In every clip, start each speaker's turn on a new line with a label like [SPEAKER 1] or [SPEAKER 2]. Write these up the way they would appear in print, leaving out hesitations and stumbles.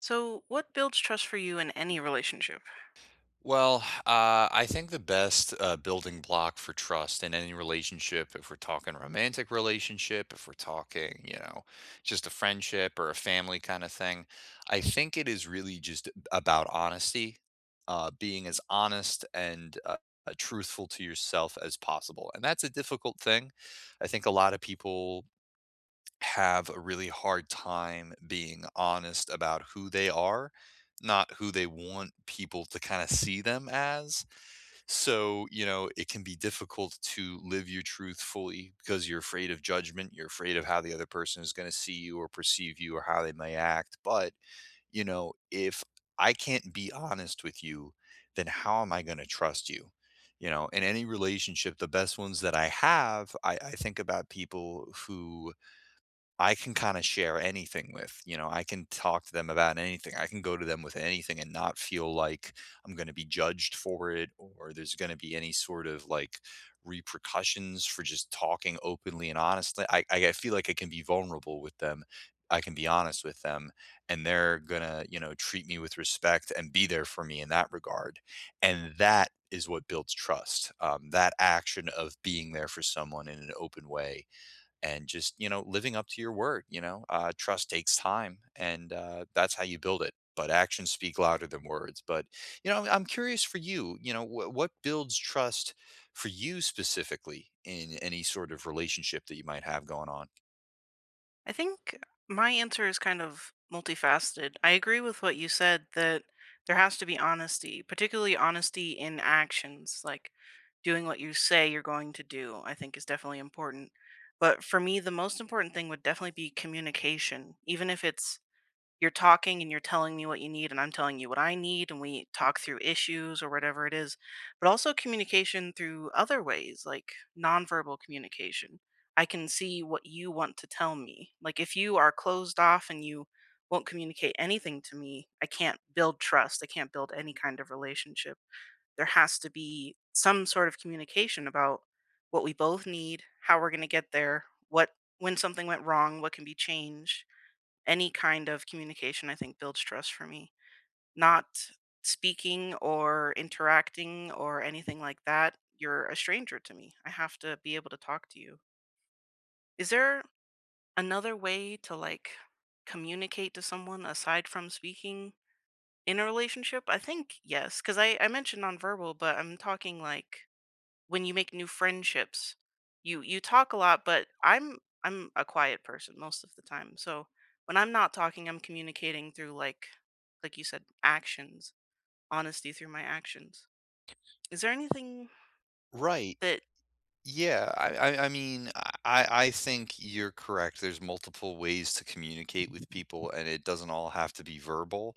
[SPEAKER 1] So, what builds trust for you in any relationship?
[SPEAKER 2] Well, I think the best building block for trust in any relationship, if we're talking romantic relationship, if we're talking, you know, just a friendship or a family kind of thing, I think it is really just about honesty, being as honest and truthful to yourself as possible. And that's a difficult thing. I think a lot of people have a really hard time being honest about who they are, not who they want people to kind of see them as. So, you know, it can be difficult to live your truth fully because you're afraid of judgment. You're afraid of how the other person is going to see you or perceive you or how they may act. But, you know, if I can't be honest with you, then how am I going to trust you? You know, in any relationship, the best ones that I have, I think about people who I can kinda share anything with, you know, I can talk to them about anything. I can go to them with anything and not feel like I'm gonna be judged for it or there's gonna be any sort of, like, repercussions for just talking openly and honestly. I feel like I can be vulnerable with them. I can be honest with them, and they're gonna, you know, treat me with respect and be there for me in that regard, and that is what builds trust. That action of being there for someone in an open way and just, you know, living up to your word, you know, trust takes time and that's how you build it, but actions speak louder than words. But you know, I'm curious for you, you know, what builds trust for you specifically in any sort of relationship that you might have going on?
[SPEAKER 1] I think my answer is kind of multifaceted. I agree with what you said that there has to be honesty, particularly honesty in actions, like doing what you say you're going to do, I think is definitely important. But for me, the most important thing would definitely be communication, even if it's you're talking and you're telling me what you need and I'm telling you what I need and we talk through issues or whatever it is, but also communication through other ways, like nonverbal communication. I can see what you want to tell me. Like if you are closed off and you won't communicate anything to me, I can't build trust. I can't build any kind of relationship. There has to be some sort of communication about what we both need, how we're going to get there, what when something went wrong, what can be changed, any kind of communication, I think, builds trust for me. Not speaking or interacting or anything like that, you're a stranger to me. I have to be able to talk to you. Is there another way to like communicate to someone aside from speaking in a relationship? I think yes, because I mentioned nonverbal, but I'm talking like when you make new friendships, you talk a lot, but I'm a quiet person most of the time. So when I'm not talking, I'm communicating through like you said, actions, honesty through my actions. Is there anything
[SPEAKER 2] Right.
[SPEAKER 1] that
[SPEAKER 2] Yeah. I mean, I think you're correct. There's multiple ways to communicate with people, and it doesn't all have to be verbal.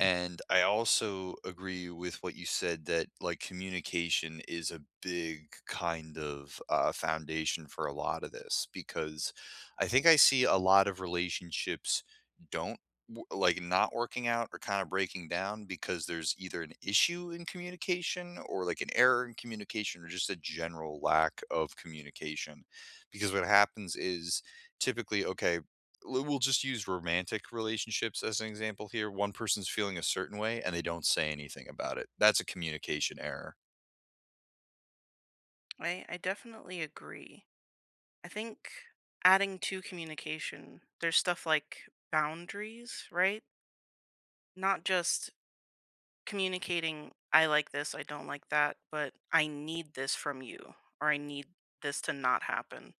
[SPEAKER 2] And I also agree with what you said, that like communication is a big kind of foundation for a lot of this, because I think I see a lot of relationships don't like not working out or kind of breaking down because there's either an issue in communication or like an error in communication or just a general lack of communication. Because what happens is typically, okay, l we'll just use romantic relationships as an example here. One person's feeling a certain way, and they don't say anything about it. That's a communication error.
[SPEAKER 1] I definitely agree. I think adding to communication, there's stuff like boundaries, right? Not just communicating I like this, I don't like that, but I need this from you or I need this to not happen,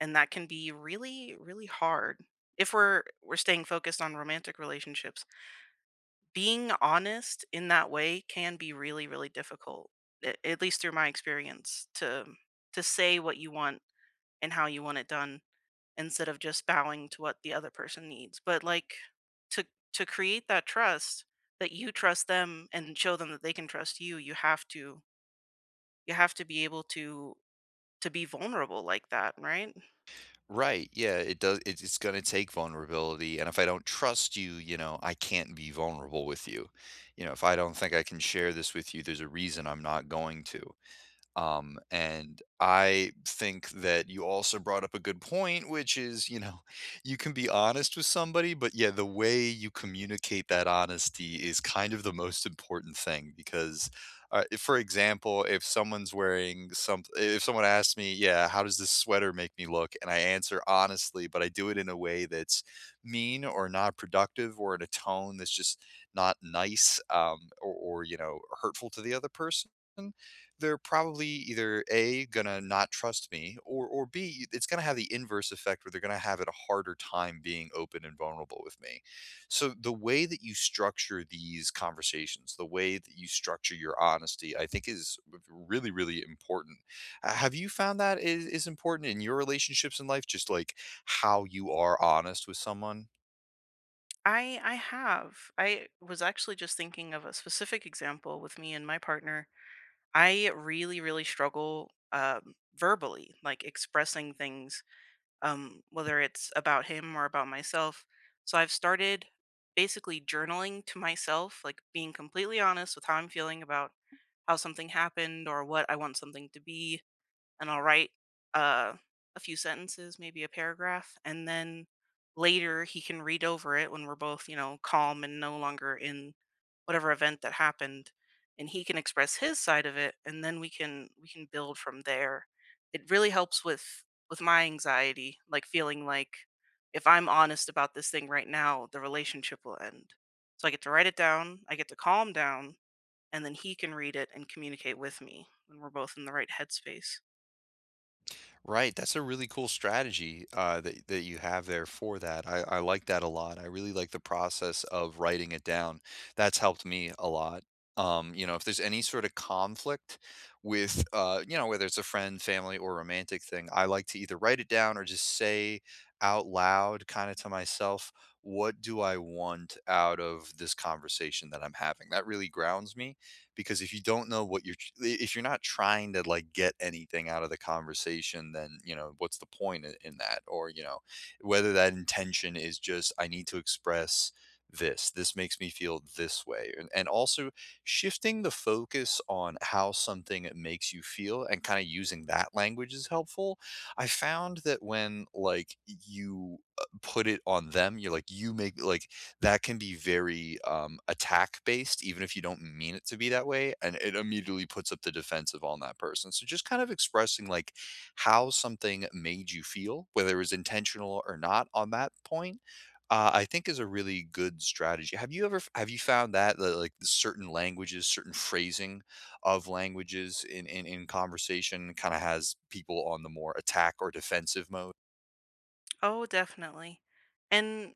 [SPEAKER 1] and that can be really really hard if we're staying focused on romantic relationships, being honest in that way can be really really difficult, at least through my experience, to say what you want and how you want it done instead of just bowing to what the other person needs, but like to to create that trust, that you trust them and show them that they can trust you, you have to be able to be vulnerable like that, right?
[SPEAKER 2] Right, yeah, it does, it's gonna take vulnerability, and if I don't trust you, you know, I can't be vulnerable with you. You know, if I don't think I can share this with you, there's a reason I'm not going to. And I think that you also brought up a good point, which is, you know, you can be honest with somebody, but yeah, the way you communicate that honesty is kind of the most important thing because, for example, if someone's wearing some, if someone asks me, yeah, how does this sweater make me look? And I answer honestly, but I do it in a way that's mean or not productive or in a tone that's just not nice, or, you know, hurtful to the other person, they're probably either A, gonna not trust me, or B, it's gonna have the inverse effect where they're gonna have it a harder time being open and vulnerable with me. So the way that you structure these conversations, the way that you structure your honesty, I think is really, really important. Have you found that is important in your relationships in life? Just like how you are honest with someone?
[SPEAKER 1] I have. I was actually just thinking of a specific example with me and my partner. I really really struggle verbally, like expressing things, whether it's about him or about myself. So I've started basically journaling to myself, like being completely honest with how I'm feeling about how something happened or what I want something to be, and I'll write uh, a few sentences, maybe a paragraph, and then later he can read over it when we're both, you know, calm and no longer in whatever event that happened, and he can express his side of it, and then we can build from there. It really helps with my anxiety, like feeling like if I'm honest about this thing right now, the relationship will end. So I get to write it down, I get to calm down, and then he can read it and communicate with me when we're both in the right headspace.
[SPEAKER 2] Right, that's a really cool strategy that that you have there for that. I like that a lot. I really like the process of writing it down. That's helped me a lot. You know, if there's any sort of conflict with, you know, whether it's a friend, family, or romantic thing, I like to either write it down or just say out loud, kind of to myself, what do I want out of this conversation that I'm having? That really grounds me because if you don't know what you're if you're not trying to like get anything out of the conversation, then you know, what's the point in that? Or you know, whether that intention is just, I need to express this, this makes me feel this way. And also shifting the focus on how something makes you feel and kind of using that language is helpful. I found that when like you put it on them, you're like, you make, like, that can be very, attack based, even if you don't mean it to be that way, and it immediately puts up the defensive on that person. So just kind of expressing like how something made you feel, whether it was intentional or not on that point, I think is a really good strategy. Have you ever have you found that that, like certain languages, certain phrasing of languages in conversation kind of has people on the more attack or defensive mode?
[SPEAKER 1] Oh, definitely. And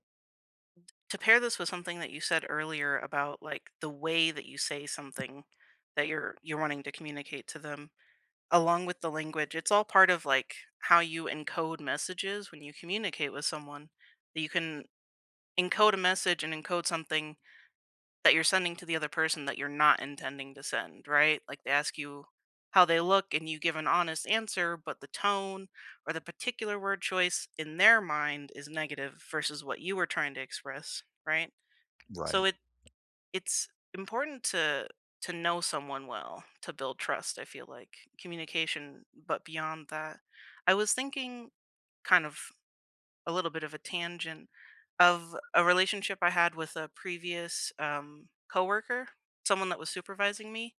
[SPEAKER 1] to pair this with something that you said earlier about like the way that you say something that you're wanting to communicate to them, along with the language, it's all part of like how you encode messages when you communicate with someone. That you can encode a message and encode something that you're sending to the other person that you're not intending to send, right? Like they ask you how they look and you give an honest answer, but the tone or the particular word choice in their mind is negative versus what you were trying to express, right? So
[SPEAKER 2] Right.
[SPEAKER 1] it's important to know someone well to build trust, I feel like. Communication, but beyond that, I was thinking kind of a little bit of a tangent of a relationship I had with a previous coworker, someone that was supervising me,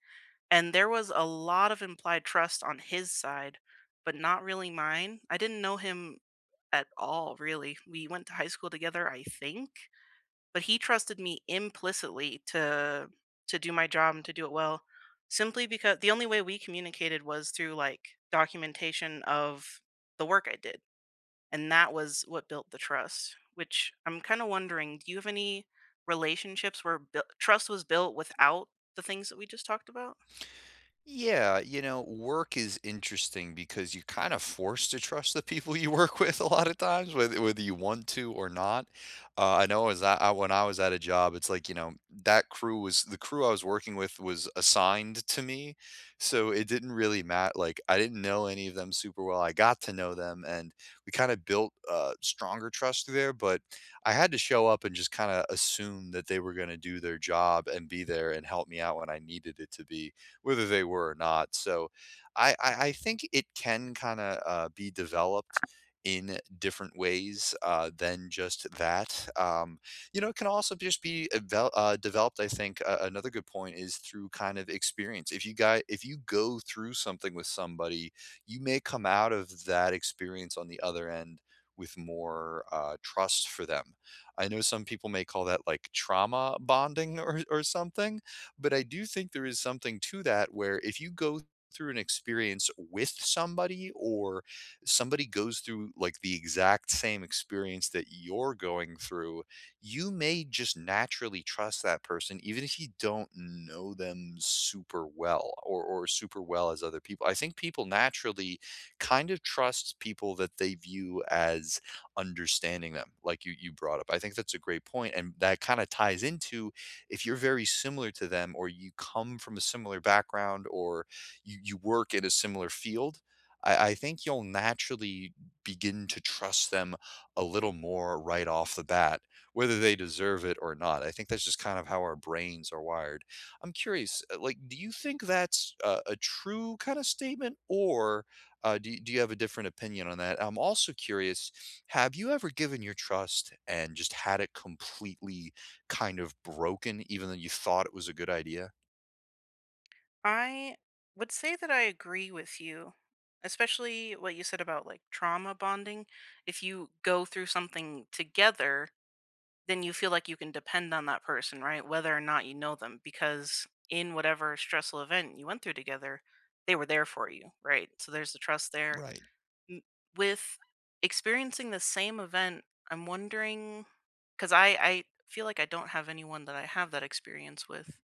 [SPEAKER 1] and there was a lot of implied trust on his side, but not really mine. I didn't know him at all, really. We went to high school together, I think, but he trusted me implicitly to do my job and to do it well, simply because the only way we communicated was through like documentation of the work I did, and that was what built the trust. Which I'm kind of wondering, do you have any relationships where trust was built without the things that we just talked about?
[SPEAKER 2] Yeah, you know, work is interesting because you're kind of forced to trust the people you work with a lot of times, whether whether you want to or not. I know as I when I was at a job, it's like, you know, that crew was, the crew I was working with was assigned to me. So it didn't really matter. Like I didn't know any of them super well. I got to know them and we kind of built stronger trust there, but I had to show up and just kind of assume that they were going to do their job and be there and help me out when I needed it to be, whether they were or not. So I think it can kind of be developed in different ways than just that. You know, it can also just be developed. I think another good point is through kind of experience. If you guys, if you go through something with somebody, you may come out of that experience on the other end with more trust for them. I know some people may call that like trauma bonding, or something, but I do think there is something to that where if you go through an experience with somebody, or somebody goes through like the exact same experience that you're going through, you may just naturally trust that person even if you don't know them super well, or super well as other people. I think people naturally kind of trust people that they view as understanding them, like you brought up. I think that's a great point and that kind of ties into if you're very similar to them, or you come from a similar background, or you work in a similar field, I think you'll naturally begin to trust them a little more right off the bat, whether they deserve it or not. I think that's just kind of how our brains are wired. I'm curious, like, do you think that's a true kind of statement? Or do, do you have a different opinion on that? I'm also curious, have you ever given your trust and just had it completely kind of broken, even though you thought it was a good idea?
[SPEAKER 1] I would say that I agree with you, especially what you said about like trauma bonding. If you go through something together, then you feel like you can depend on that person, right? Whether or not you know them, because in whatever stressful event you went through together, they were there for you, right? So there's the trust there.
[SPEAKER 2] Right.
[SPEAKER 1] M, with experiencing the same event, I'm wondering, because I feel like I don't have anyone that I have that experience with,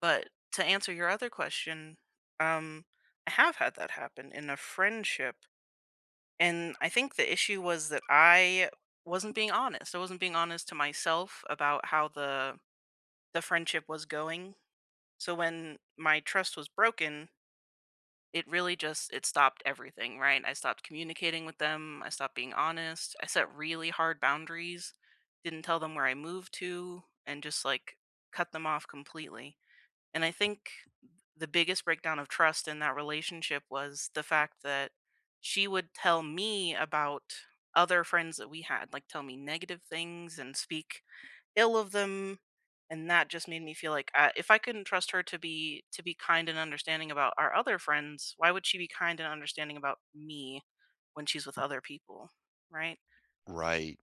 [SPEAKER 1] but to answer your other question, um, I have had that happen in a friendship, and I think the issue was that I wasn't being honest. I wasn't being honest to myself about how the friendship was going. So when my trust was broken, it really just, it stopped everything, right? I stopped communicating with them, I stopped being honest. I set really hard boundaries, didn't tell them where I moved to, and just like cut them off completely. And I think the biggest breakdown of trust in that relationship was the fact that she would tell me about other friends that we had, like tell me negative things and speak ill of them, and that just made me feel like, if I couldn't trust her to be kind and understanding about our other friends, why would she be kind and understanding about me when she's with other people, right?
[SPEAKER 2] Right.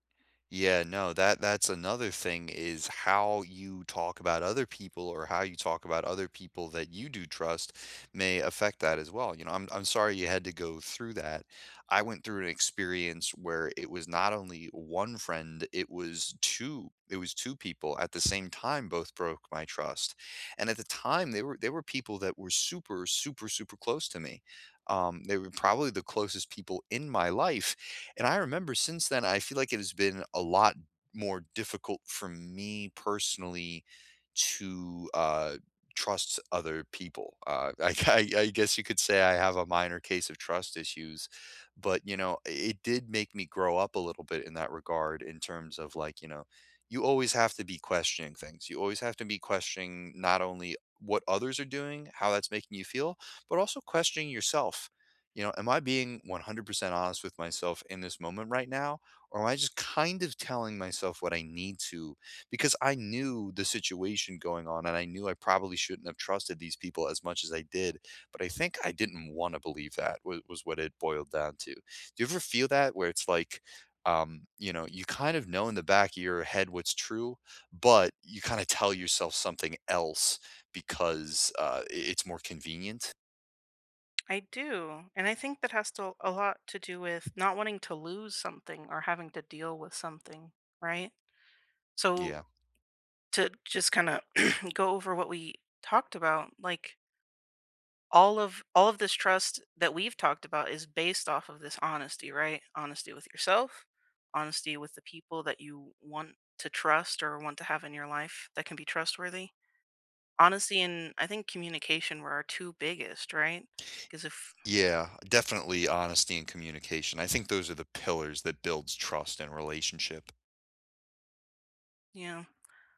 [SPEAKER 2] Yeah, no, that that's another thing, is how you talk about other people or how you talk about other people that you do trust may affect that as well. You know, I'm sorry you had to go through that. I went through an experience where it was not only one friend, it was two, it was two people at the same time both broke my trust. And at the time they were, they were people that were super super super close to me. They were probably the closest people in my life. And I remember since then, I feel like it has been a lot more difficult for me personally to trust other people. I guess you could say I have a minor case of trust issues, but you know, it did make me grow up a little bit in that regard, in terms of like, you know, you always have to be questioning things. You always have to be questioning not only what others are doing, how that's making you feel, but also questioning yourself. You know, am I being 100% honest with myself in this moment right now? Or am I just kind of telling myself what I need to? Because I knew the situation going on and I knew I probably shouldn't have trusted these people as much as I did. But I think I didn't want to believe that was what it boiled down to. Do you ever feel that where it's like, you know, you kind of know in the back of your head what's true, but you kind of tell yourself something else because it's more convenient?
[SPEAKER 1] I do, and I think that has to a lot to do with not wanting to lose something or having to deal with something, right? So
[SPEAKER 2] Yeah.
[SPEAKER 1] to just kind of go over what we talked about, like all of this trust that we've talked about is based off of this honesty, right? Honesty with yourself, honesty with the people that you want to trust or want to have in your life that can be trustworthy. Honesty and I think communication were our two biggest, right? Because if
[SPEAKER 2] Yeah, definitely honesty and communication. I think those are the pillars that builds trust and relationship.
[SPEAKER 1] you know,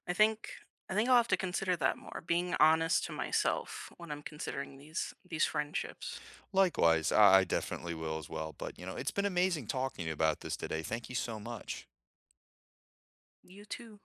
[SPEAKER 1] I think I think I'll have to consider that more. Being honest to myself when I'm considering these friendships.
[SPEAKER 2] Likewise, I definitely will as well. But, you know, it's been amazing talking to you about this today. Thank you so much.
[SPEAKER 1] You too.